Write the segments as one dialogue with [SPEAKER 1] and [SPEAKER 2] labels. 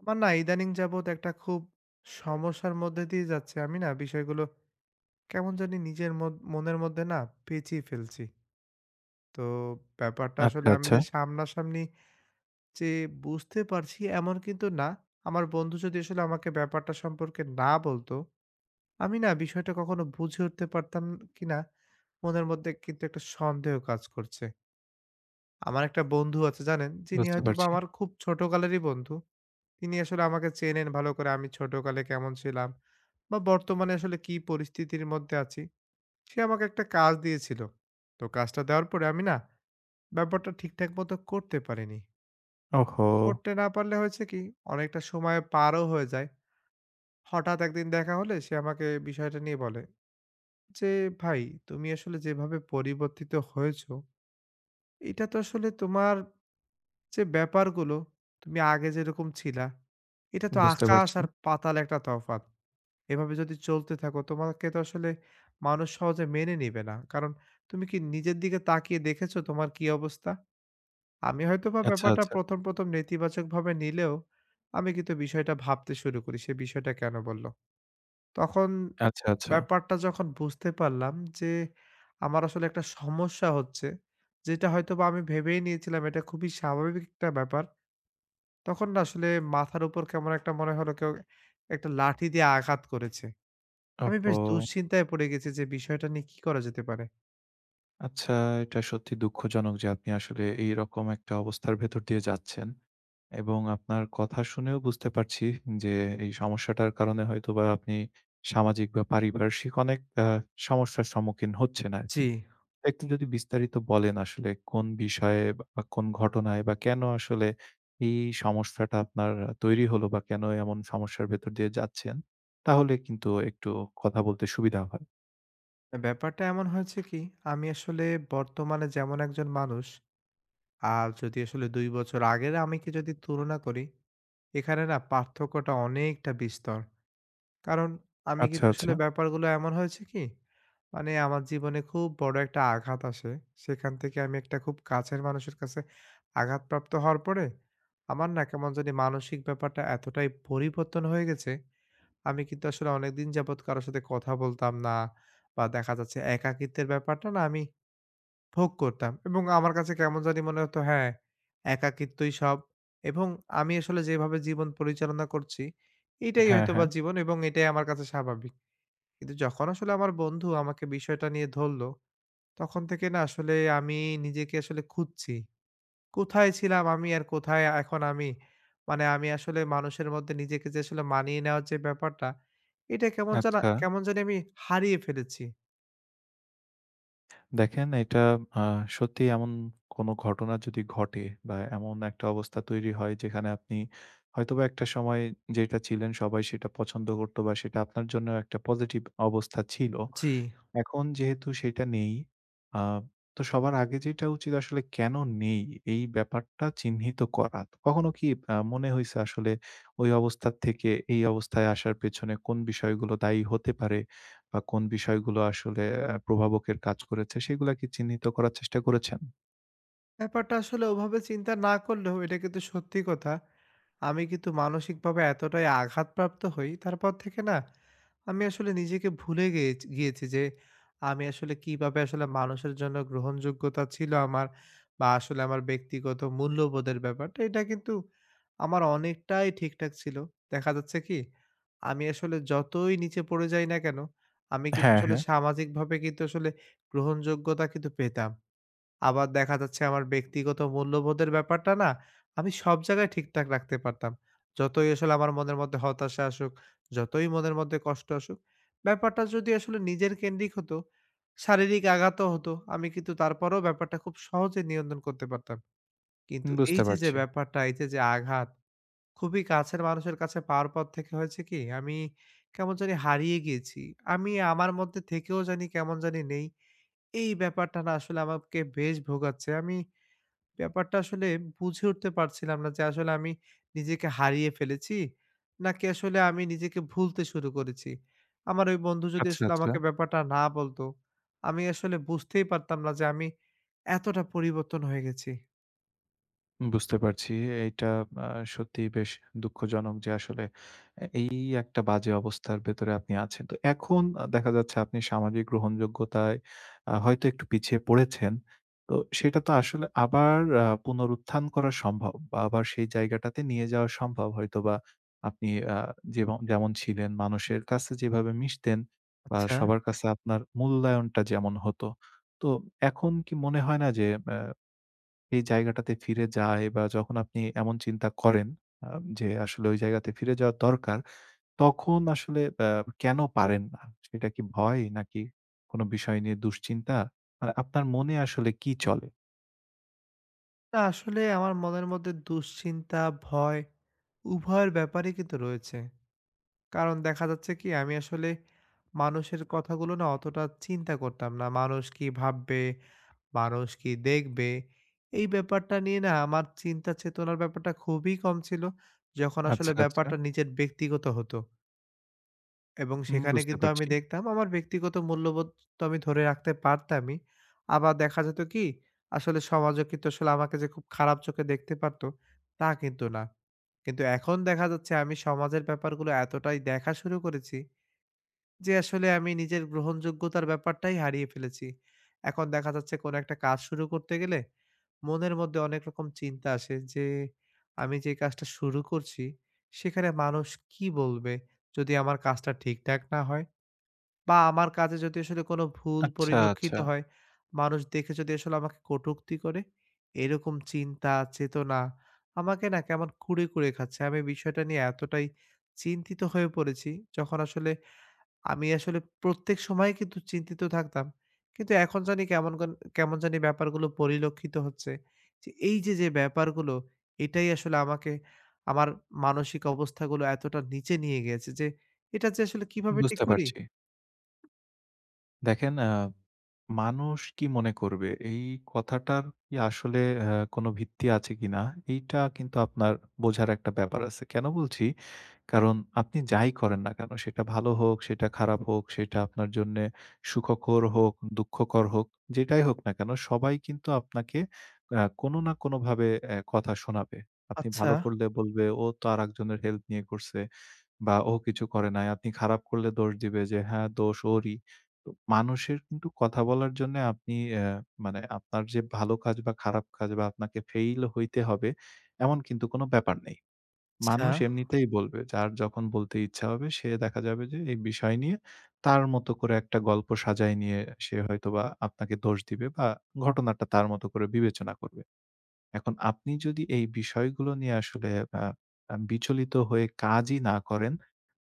[SPEAKER 1] আমার না ইদানিং যাবৎ একটা খুব সমস্যার মধ্যে দিয়ে যাচ্ছে। আমি না বিষয়গুলো কেমন জানি নিজের মনের মধ্যে না পেঁচিয়ে ফেলছি। তো ব্যাপারটা
[SPEAKER 2] আচ্ছা,
[SPEAKER 1] আসলে আমি
[SPEAKER 2] আচ্ছা।
[SPEAKER 1] যে সামনাসামনি যে বুঝতে পারছি এমন কিন্তু না। আমার বন্ধু যদি আসলে আমাকে ব্যাপারটা সম্পর্কে না বলতো, আমি না বিষয়টা কখনো বুঝে উঠতে পারতাম কিনা মনের মধ্যে কিন্তু একটা সন্দেহ কাজ করছে। আমার একটা বন্ধু আছে জানেন, যিনি
[SPEAKER 2] বুঝতে
[SPEAKER 1] হয়তোবা
[SPEAKER 2] পারছি।
[SPEAKER 1] আমার খুব ছোটকালেরই বন্ধু। তিনি আসলে আমাকে চেনেন ভালো করে আমি ছোটকালে কেমন ছিলাম বা বর্তমানে আসলে কি পরিস্থিতির মধ্যে আছি। সে আমাকে একটা কাজ দিয়েছিল। তো কাজটা দেওয়ার পরে আমি না ব্যাপারটা ঠিকঠাক মতো করতে পারিনি।
[SPEAKER 2] ওহো!
[SPEAKER 1] করতে না পারলে হয়েছে কি, অনেকটা সময় পারও হয়ে যায়। হঠাৎ একদিন দেখা হলে সে আমাকে বিষয়টা নিয়ে বলে যে, ভাই, তুমি আসলে যেভাবে পরিবর্তিত হয়েছো, এটা তো আসলে তোমার যে ব্যাপারগুলো তুমি আগে যেরকম ছিলা, এটা তো
[SPEAKER 2] বুঝতে
[SPEAKER 1] আকাশ
[SPEAKER 2] পারছি।
[SPEAKER 1] আর পাতাল একটা তফাৎ। এভাবে যদি চলতে থাকো তোমাকে তো আসলে মানুষ সহজে মেনে নিবে না। কারণ তুমি কি নিজের দিকে তাকিয়ে দেখেছো তোমার কি অবস্থা? আমি হয়তোবা
[SPEAKER 2] আচ্ছা,
[SPEAKER 1] ব্যাপারটা
[SPEAKER 2] আচ্ছা,
[SPEAKER 1] ১ম নেতিবাচকভাবে নিলেও আমি কিন্তু বিষয়টা ভাবতে শুরু করি সে বিষয়টা কেন বলল? তখন
[SPEAKER 2] আচ্ছা, আচ্ছা।
[SPEAKER 1] ব্যাপারটা যখন বুঝতে পারলাম যে আমার আসলে একটা সমস্যা হচ্ছে, যেটা হয়তোবা আমি ভেবেই নিয়েছিলাম এটা খুবই স্বাভাবিক একটা ব্যাপার। তখন না আসলে মাথার উপর কেমন একটা মনে হলো কেউ একটা লাঠি দিয়ে আঘাত করেছে। আমি
[SPEAKER 2] ওহো!
[SPEAKER 1] বেশ দুশ্চিন্তায় পড়ে গেছি যে বিষয়টা নিয়ে কি করা যেতে পারে?
[SPEAKER 2] আচ্ছা, এটা সত্যি দুঃখজনক যে আপনি আসলে এইরকম একটা অবস্থার ভেতর দিয়ে যাচ্ছেন। এবং আপনার কথা শুনেও বুঝতে পারছি যে এই সমস্যাটার কারণে হয়তোবা আপনি সামাজিক বা পারিপার্শ্বিক অনেক সমস্যার সম্মুখীন হচ্ছেন
[SPEAKER 1] জি।
[SPEAKER 2] আরকি। একটু যদি বিস্তারিত বলেন আসলে কোন বিষয়ে বা কোন ঘটনায় বা কেন আসলে এই সমস্যাটা আপনার তৈরি হলো বা কেন এমন সমস্যার ভেতর দিয়ে যাচ্ছেন? তাহলে কিন্তু একটু কথা বলতে সুবিধা হয়।
[SPEAKER 1] ব্যাপারটা এমন হয়েছে কি, আমি আসলে বর্তমানে যেমন একজন মানুষ আর যদি আসলে ২ বছর আগের আমিকে যদি তুলনা করি, এখানে না পার্থক্যটা অনেকটা বিস্তর। কারণ আমি
[SPEAKER 2] আচ্ছা,
[SPEAKER 1] কিন্তু
[SPEAKER 2] আচ্ছা।
[SPEAKER 1] আসলে ব্যাপারগুলো এমন হয়েছে কি, মানে আমার জীবনে খুব বড় একটা আঘাত আসে। সেখান থেকে আমি একটা খুব কাছের মানুষের কাছে আঘাতপ্রাপ্ত হওয়ার পরে আমার না কেমন জানি মানসিক ব্যাপারটা এতটাই পরিবর্তন হয়ে গেছে। আমি কিন্তু আসলে অনেকদিন যাবৎ কারো সাথে কথা বলতাম না বা দেখা যাচ্ছে একাকিত্বের ব্যাপারটা না আমি ভোগ করতাম এবং আমার কাছে কেমন জানি মনে হতো হ্যাঁ, একাকিত্বই সব। এবং আমি আসলে যেভাবে জীবন পরিচালনা করছি এটাই
[SPEAKER 2] হ্যাঁ,
[SPEAKER 1] হয়তো বা
[SPEAKER 2] হ্যাঁ।
[SPEAKER 1] জীবন এবং এটাই আমার কাছে স্বাভাবিক। কিন্তু যখন আসলে আমার বন্ধু আমাকে বিষয়টা নিয়ে ধরলো তখন থেকে না আসলে আমি নিজেকে আসলে খুঁজছি কোথায় ছিলাম আমি আর কোথায় এখন আমি? মানে আমি আসলে মানুষের মধ্যে নিজেকে যে আসলে মানিয়ে নেওয়ার যে ব্যাপারটা, এটা
[SPEAKER 2] আচ্ছা।
[SPEAKER 1] কেমন জানি আমি হারিয়ে ফেলেছি।
[SPEAKER 2] দেখেন এটা আ সত্যি এমন কোনো ঘটনা যদি ঘটে বা এমন একটা অবস্থা তৈরি হয় যেখানে আপনি হয়তোবা একটা সময় যেটা ছিলেন সবাই সেটা পছন্দ করত বা সেটা আপনার জন্য একটা পজিটিভ অবস্থা ছিল।
[SPEAKER 1] জি।
[SPEAKER 2] এখন যেহেতু সেটা নেই, আ তো সবার আগে যেটা উচিত আসলে কেন নেই এই ব্যাপারটা চিহ্নিত করা। তো কখনো কি মনে হইছে আসলে ওই অবস্থা থেকে এই অবস্থায় আসার পেছনে কোন বিষয়গুলো দায়ী হতে পারে বা কোন বিষয়গুলো আসলে প্রভাবকের কাজ করেছে সেগুলা কি চিহ্নিত করার চেষ্টা করেছেন?
[SPEAKER 1] ব্যাপারটা আসলে ওভাবে চিন্তা না করলেও এটা কিন্তু সত্যি কথা। আমি কিন্তু মানসিকভাবে এতটাই আঘাতপ্রাপ্ত হই, তারপর থেকে না আমি আসলে নিজেকে ভুলে গিয়েছ গিয়েছি যে আমি আসলে কিভাবে আসলে মানুষের জন্য গ্রহণযোগ্যতা ছিল আমার বা আসলে আমার ব্যক্তিগত মূল্যবোধের ব্যাপারটা এটা কিন্তু আমার অনেকটাই ঠিকঠাক ছিল। দেখা যাচ্ছে কি আমি আসলে যতই নিচে পড়ে যাই না কেন, আমি কিন্তু
[SPEAKER 2] হ্যাঁ,
[SPEAKER 1] আসলে
[SPEAKER 2] হ্যাঁ।
[SPEAKER 1] সামাজিকভাবে কিন্তু আসলে গ্রহণযোগ্যতা কিন্তু পেতাম। আবার দেখা যাচ্ছে আমার ব্যক্তিগত মূল্যবোধের ব্যাপারটা না আমি সব জায়গায় ঠিকঠাক রাখতে পারতাম। যতই আসলে আমার মনের মধ্যে হতাশা আসুক, যতই মনের মধ্যে কষ্ট আসুক, ব্যাপারটা যদি আসলে নিজের কেন্দ্রিক হতো, শারীরিক আঘাতও হতো, আমি কিন্তু তারপরেও ব্যাপারটা খুব সহজে নিয়ন্ত্রণ করতে পারতাম। কিন্তু এই
[SPEAKER 2] বুঝতে
[SPEAKER 1] যে, যে
[SPEAKER 2] পারছি।
[SPEAKER 1] ব্যাপারটা, এই যে আঘাত খুবই কাছের মানুষের কাছে পাওয়ার পর থেকে হয়েছে কি আমি কেমন জানি হারিয়ে গিয়েছি। আমি আমার মধ্যে থেকেও জানি কেমন জানি নেই। এই ব্যাপারটা না আসলে আমাকে বেশ ভোগাচ্ছে। আমি ব্যাপারটা আসলে বুঝে উঠতে পারছিলাম না যে আসলে আমি নিজেকে হারিয়ে ফেলেছি নাকি আসলে আমি নিজেকে ভুলতে শুরু করেছি। আমার ওই বন্ধু যদি
[SPEAKER 2] আচ্ছা,
[SPEAKER 1] আসলে
[SPEAKER 2] আচ্ছা।
[SPEAKER 1] আমাকে ব্যাপারটা না বলতো, আমি আসলে বুঝতেই পারতাম না যে আমি এতটা পরিবর্তন হয়ে গেছি।
[SPEAKER 2] বুঝতে পারছি। এইটা আ সত্যিই বেশ দুঃখজনক যে আসলে এই একটা বাজে অবস্থার ভেতরে আপনি আছেন। তো এখন দেখা যাচ্ছে আপনি সামাজিক গ্রহণযোগ্যতায় হয়তো একটু পিছিয়ে পড়েছেন। তো সেটা তো আসলে আবার পুনরুত্থান করা সম্ভব বা আবার সেই জায়গাটাতে নিয়ে যাওয়া সম্ভব। হয়তোবা আপনি আ যেম যেমন ছিলেন মানুষের কাছে যেভাবে মিশতেন বা
[SPEAKER 1] আচ্ছা।
[SPEAKER 2] সবার কাছে আপনার মূল্যায়নটা যেমন হতো। তো এখন কি মনে হয় না যে এই জায়গাটাতে ফিরে যায় বা যখন আপনি এমন চিন্তা করেন আ যে আসলে ওই জায়গাতে ফিরে যাওয়া দরকার, তখন আসলে কেন পারেন না? সেটা কি ভয় নাকি কোনো বিষয় নিয়ে দুশ্চিন্তা? মানে আপনার মনে আসলে কি চলে?
[SPEAKER 1] না আসলে আমার মনের মধ্যে দুশ্চিন্তা, ভয় উভয়ের ব্যাপারই কিন্তু রয়েছে। কারণ দেখা যাচ্ছে কি আমি আসলে মানুষের কথাগুলো না অতটা চিন্তা করতাম না। মানুষ কি ভাববে? মানুষ কি দেখবে? এই ব্যাপারটা নিয়ে না আমার চিন্তা চেতনার ব্যাপারটা খুবই কম ছিল। যখন আসলে
[SPEAKER 2] আচ্ছা, আচ্ছা।
[SPEAKER 1] ব্যাপারটা নিজের ব্যক্তিগত হতো এবং সেখানে
[SPEAKER 2] বুঝতে
[SPEAKER 1] কিন্তু আমি
[SPEAKER 2] পারছি।
[SPEAKER 1] দেখতাম আমার ব্যক্তিগত মূল্যবোধ তো আমি ধরে রাখতে পারতামই। আবার দেখা যেত কি আসলে সমাজও কিন্তু আসলে আমাকে যে খুব খারাপ চোখে দেখতে পারতো তা কিন্তু না। কিন্তু এখন দেখা যাচ্ছে আমি সমাজের ব্যাপারগুলো এতটাই দেখা শুরু করেছি যে আসলে আমি নিজের গ্রহণযোগ্যতার ব্যাপারটাই হারিয়ে ফেলেছি। এখন দেখা যাচ্ছে কোনো একটা কাজ শুরু করতে গেলে মনের মধ্যে অনেক রকম চিন্তা আসে যে, আমি যে কাজটা শুরু করছি, সেখানে মানুষ কি বলবে? যদি আমার কাজটা ঠিকঠাক না হয় বা আমার কাজে যদি আসলে কোনো ভুল
[SPEAKER 2] আচ্ছা,
[SPEAKER 1] পরিলক্ষিত
[SPEAKER 2] আচ্ছা।
[SPEAKER 1] হয়, মানুষ দেখে যদি আসলে আমাকে কটূক্তি করে, এরকম চিন্তা, চেতনা আমাকে না কেমন কুরে, কুরে খাচ্ছে। আমি বিষয়টা নিয়ে এতটাই চিন্তিত হয়ে পড়েছি, যখন আসলে আমি আসলে প্রত্যেক সময় কিন্তু চিন্তিত থাকতাম। কিন্তু এখন জানি কেমন জানি ব্যাপারগুলো পরিলক্ষিত হচ্ছে। যে এই যে ব্যাপারগুলো এটাই আসলে আমাকে আমার মানসিক অবস্থাগুলো এতটা নিচে নিয়ে গিয়েছে যে এটা যে আসলে কিভাবে ঠিক
[SPEAKER 2] বুঝতে
[SPEAKER 1] করি।
[SPEAKER 2] পারছি। দেখেন মানুষ কি মনে করবে? এই কথাটার কি আসলে কোনো ভিত্তি আছে কিনা? এইটা কিন্তু আপনার বোঝার একটা ব্যাপার আছে। কেন বলছি? কারণ আপনি যাই করেন না কেন সেটা ভালো হোক, সেটা খারাপ হোক, সেটা আপনার জন্যে সুখকর হোক, দুঃখকর হোক, যেটাই হোক না কেন সবাই কিন্তু আপনাকে কোনো না কোনোভাবে কথা শোনাবে। আপনি
[SPEAKER 1] আচ্ছা,
[SPEAKER 2] ভালো করলে বলবে, "ও তো আরেকজনের হেল্প নিয়ে করছে।" বা ও কিছু করে নাই। আপনি খারাপ করলে দোষ দিবে যে, "হ্যাঁ, দোষ ওরই।" তো মানুষের কিন্তু কথা বলার জন্যে আপনি মানে আপনার যে ভালো কাজ বা খারাপ কাজ বা আপনাকে ফেইল হইতে হবে, এমন কিন্তু কোনো ব্যাপার নেই।
[SPEAKER 1] আচ্ছা।
[SPEAKER 2] মানুষ এমনিতেই বলবে। যার যখন বলতে ইচ্ছা হবে সে দেখা যাবে যে এই বিষয় নিয়ে তার মতো করে একটা গল্প সাজায় নিয়ে সে হয়তোবা আপনাকে দোষ দিবে বা ঘটনাটা তার মতো করে বিবেচনা করবে। এখন আপনি যদি এই বিষয়গুলো নিয়ে আসলে আ আ বিচলিত হয়ে কাজই না করেন,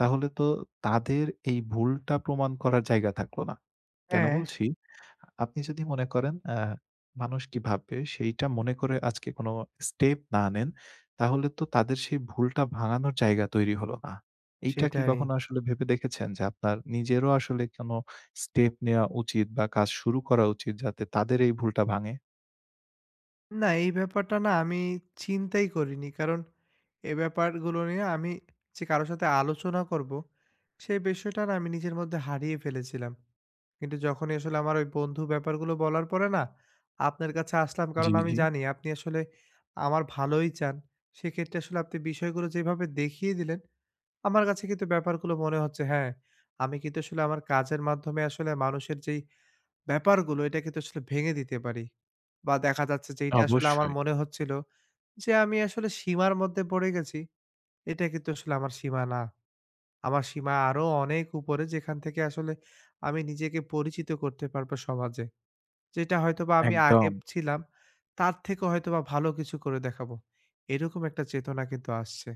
[SPEAKER 2] তাহলে তো তাদের এই ভুলটা প্রমাণ করার জায়গা থাকলো না। কেন
[SPEAKER 1] হ্যাঁ।
[SPEAKER 2] বলছি? আপনি যদি মনে করেন মানুষ কি ভাববে সেইটা মনে করে আজকে কোনো স্টেপ না নেন, তাহলে তো তাদের সেই ভুলটা ভাঙানোর জায়গা তৈরি হলো না। এইটা কি
[SPEAKER 1] সেটাই।
[SPEAKER 2] কখনো আসলে ভেবে দেখেছেন যে আপনার নিজেরও আসলে কোনো স্টেপ নেওয়া উচিত বা কাজ শুরু করা উচিত যাতে তাদের এই ভুলটা ভাঙে?
[SPEAKER 1] না, এই ব্যাপারটা না আমি চিন্তাই করিনি। কারণ এ ব্যাপারগুলো নিয়ে আমি যে কারো সাথে আলোচনা করব, সেই বিষয়টা না আমি নিজের মধ্যে হারিয়ে ফেলেছিলাম। কিন্তু যখনই আসলে আমার ওই বন্ধু ব্যাপারগুলো বলার পরে না আপনার কাছে আসলাম।
[SPEAKER 2] জি,
[SPEAKER 1] কারণ আমি
[SPEAKER 2] জি।
[SPEAKER 1] জানি আপনি আসলে আমার ভালোই চান। সেক্ষেত্রে আসলে আপনি বিষয়গুলো যেভাবে দেখিয়ে দিলেন, আমার কাছে কিন্তু ব্যাপারগুলো মনে হচ্ছে হ্যাঁ, আমি কিন্তু আসলে আমার কাজের মাধ্যমে আসলে মানুষের যেই ব্যাপারগুলো এটাকে তো আসলে ভেঙে দিতে পারি। বা দেখা যাচ্ছে যে এটা আসলে আমার
[SPEAKER 2] অবশ্যই।
[SPEAKER 1] মনে হচ্ছিল যে আমি আসলে সীমার মধ্যে পড়ে গেছি। এটা কিন্তু আসলে আমার সীমা না। আমার সীমা আরো অনেক উপরে যেখান থেকে আসলে আমি নিজেকে পরিচিত করতে পারবো সমাজে। যেটা হয়তোবা আমি আগে
[SPEAKER 2] একদম।
[SPEAKER 1] ছিলাম তার থেকে হয়তোবা ভালো কিছু করে দেখাবো। এরকম একটা চেতনা কিন্তু আসছে।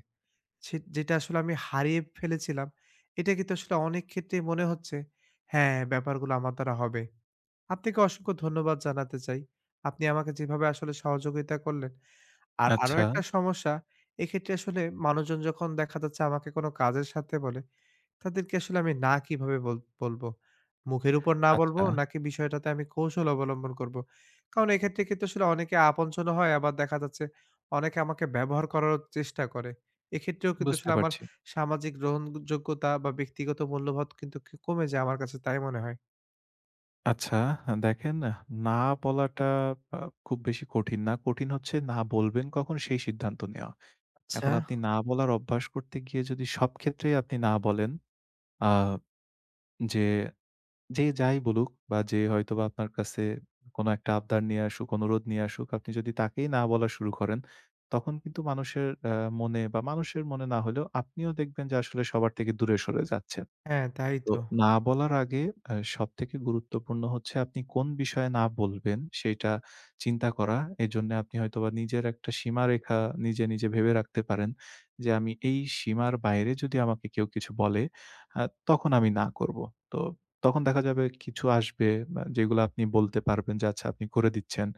[SPEAKER 1] সে যেটা আসলে আমি হারিয়ে ফেলেছিলাম। এটা কিন্তু আসলে অনেক ক্ষেত্রেই মনে হচ্ছে হ্যাঁ, ব্যাপারগুলো আমার দ্বারা হবে। আপনাকে অসংখ্য ধন্যবাদ জানাতে চাই। আপনি আমাকে যেভাবে আসলে সহযোগিতা করলেন। আর আরো
[SPEAKER 2] আচ্ছা,
[SPEAKER 1] একটা সমস্যা, এক্ষেত্রে আসলে মানুষজন যখন দেখা যাচ্ছে আমাকে কোনো কাজের সাথে বলে, তাদেরকে আসলে আমি না কিভাবে বলবো? মুখের উপর না বলবো
[SPEAKER 2] আচ্ছা,
[SPEAKER 1] নাকি বিষয়টাতে আমি কৌশল অবলম্বন করবো? কারণ এক্ষেত্রে কিন্তু আসলে অনেকে আপনজনও হয়, আবার দেখা যাচ্ছে অনেকে আমাকে ব্যবহার করারও চেষ্টা করে। এক্ষেত্রেও কিন্তু
[SPEAKER 2] বুঝতে
[SPEAKER 1] আসলে আমার
[SPEAKER 2] পারছি।
[SPEAKER 1] সামাজিক গ্রহণযোগ্যতা বা ব্যক্তিগত মূল্যবোধ কিন্তু কমে যায় আমার কাছে তাই মনে হয়।
[SPEAKER 2] আচ্ছা, দেখেন না বলাটা আ খুব বেশি কঠিন না। কঠিন হচ্ছে না বলবেন কখন সেই সিদ্ধান্ত নেওয়া।
[SPEAKER 1] আচ্ছা।
[SPEAKER 2] এখন আপনি না বলার অভ্যাস করতে গিয়ে যদি সব ক্ষেত্রেই আপনি না বলেন, আ যে, যে যাই বলুক বা যে হয়তোবা আপনার কাছে কোনো একটা আবদার নিয়ে আসুক, অনুরোধ নিয়ে আসুক, আপনি যদি তাকেই না বলা শুরু করেন, তখন কিন্তু মানুষের মনে বা মানুষের মনে না হলেও আপনিও দেখবেন যে আসলে সবার থেকে দূরে সরে যাচ্ছেন।
[SPEAKER 1] হ্যাঁ, তাই
[SPEAKER 2] তো
[SPEAKER 1] তো।
[SPEAKER 2] না বলার আগে সবথেকে গুরুত্বপূর্ণ হচ্ছে আপনি কোন বিষয়ে না বলবেন সেইটা চিন্তা করা। এজন্যে আপনি হয়তোবা নিজের একটা সীমারেখা নিজে, নিজে ভেবে রাখতে পারেন যে, "আমি এই সীমার বাইরে যদি আমাকে কেউ কিছু বলে, আ তখন আমি না করব।" তো তখন দেখা যাবে কিছু আসবে বা যেগুলো আপনি বলতে পারবেন যে, আচ্ছা আপনি করে দিচ্ছেন।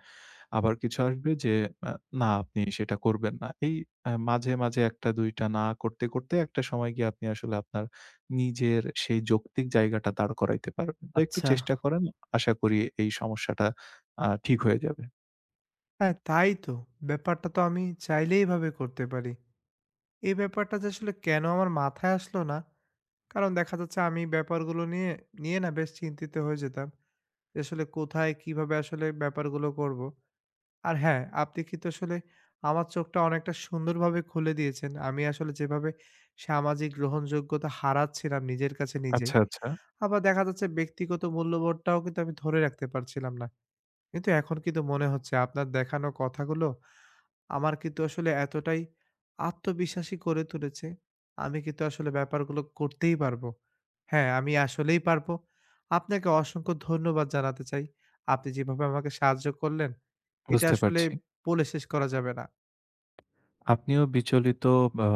[SPEAKER 2] আবার কিছু আসবে যে আ না আপনি সেটা করবেন না। এই মাঝে, মাঝে ১ টা ২ টা না করতে, করতে একটা সময় গিয়ে আপনি আসলে আপনার নিজের সেই যৌক্তিক জায়গাটা দাঁড় করাইতে পারবেন। তো একটু
[SPEAKER 1] আচ্ছা।
[SPEAKER 2] চেষ্টা করেন। আশা করি এই সমস্যাটা ঠিক হয়ে যাবে।
[SPEAKER 1] হ্যাঁ, তাই তো। ব্যাপারটা তো আমি চাইলেই এভাবে করতে পারি। এই ব্যাপারটা যে আসলে কেন আমার মাথায় আসলো না? কারণ দেখা যাচ্ছে আমি ব্যাপারগুলো নিয়ে না বেশ চিন্তিত হয়ে যেতাম। যে আসলে কোথায় কিভাবে আসলে ব্যাপারগুলো করব। আর হ্যাঁ, আপনি কিন্তু আসলে আমার চোখটা অনেকটা সুন্দরভাবে খুলে দিয়েছেন। আমি আসলে যেভাবে সামাজিক গ্রহণযোগ্যতা হারাচ্ছিলাম নিজের কাছে নিজেই।
[SPEAKER 2] আচ্ছা, আচ্ছা।
[SPEAKER 1] আবার দেখা যাচ্ছে ব্যক্তিগত মূল্যবোধটাও কিন্তু আমি ধরে রাখতে পারছিলাম না। কিন্তু এখন কিন্তু মনে হচ্ছে আপনার দেখানো কথাগুলো আমার কিন্তু আসলে এতটাই আত্মবিশ্বাসী করে তুলেছে, আমি কিন্তু আসলে ব্যাপারগুলো করতেই পারবো। হ্যাঁ, আমি আসলেই পারবো। আপনাকে অসংখ্য ধন্যবাদ জানাতে চাই। আপনি যেভাবে আমাকে সাহায্য করলেন, এটা
[SPEAKER 2] বুঝতে
[SPEAKER 1] আসলে
[SPEAKER 2] পারছি।
[SPEAKER 1] বলে শেষ করা যাবে না।
[SPEAKER 2] আপনিও বিচলিত বা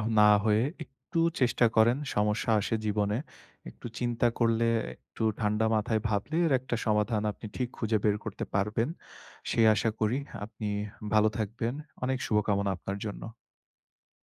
[SPEAKER 2] না হয়ে একটু চেষ্টা করেন, সমস্যা আসে জীবনে। একটু চিন্তা করলে, একটু ঠান্ডা মাথায় ভাবলে এর একটা সমাধান আপনি ঠিক খুঁজে বের করতে পারবেন। সেই আশা করি। আপনি ভালো থাকবেন। অনেক শুভকামনা আপনার জন্য।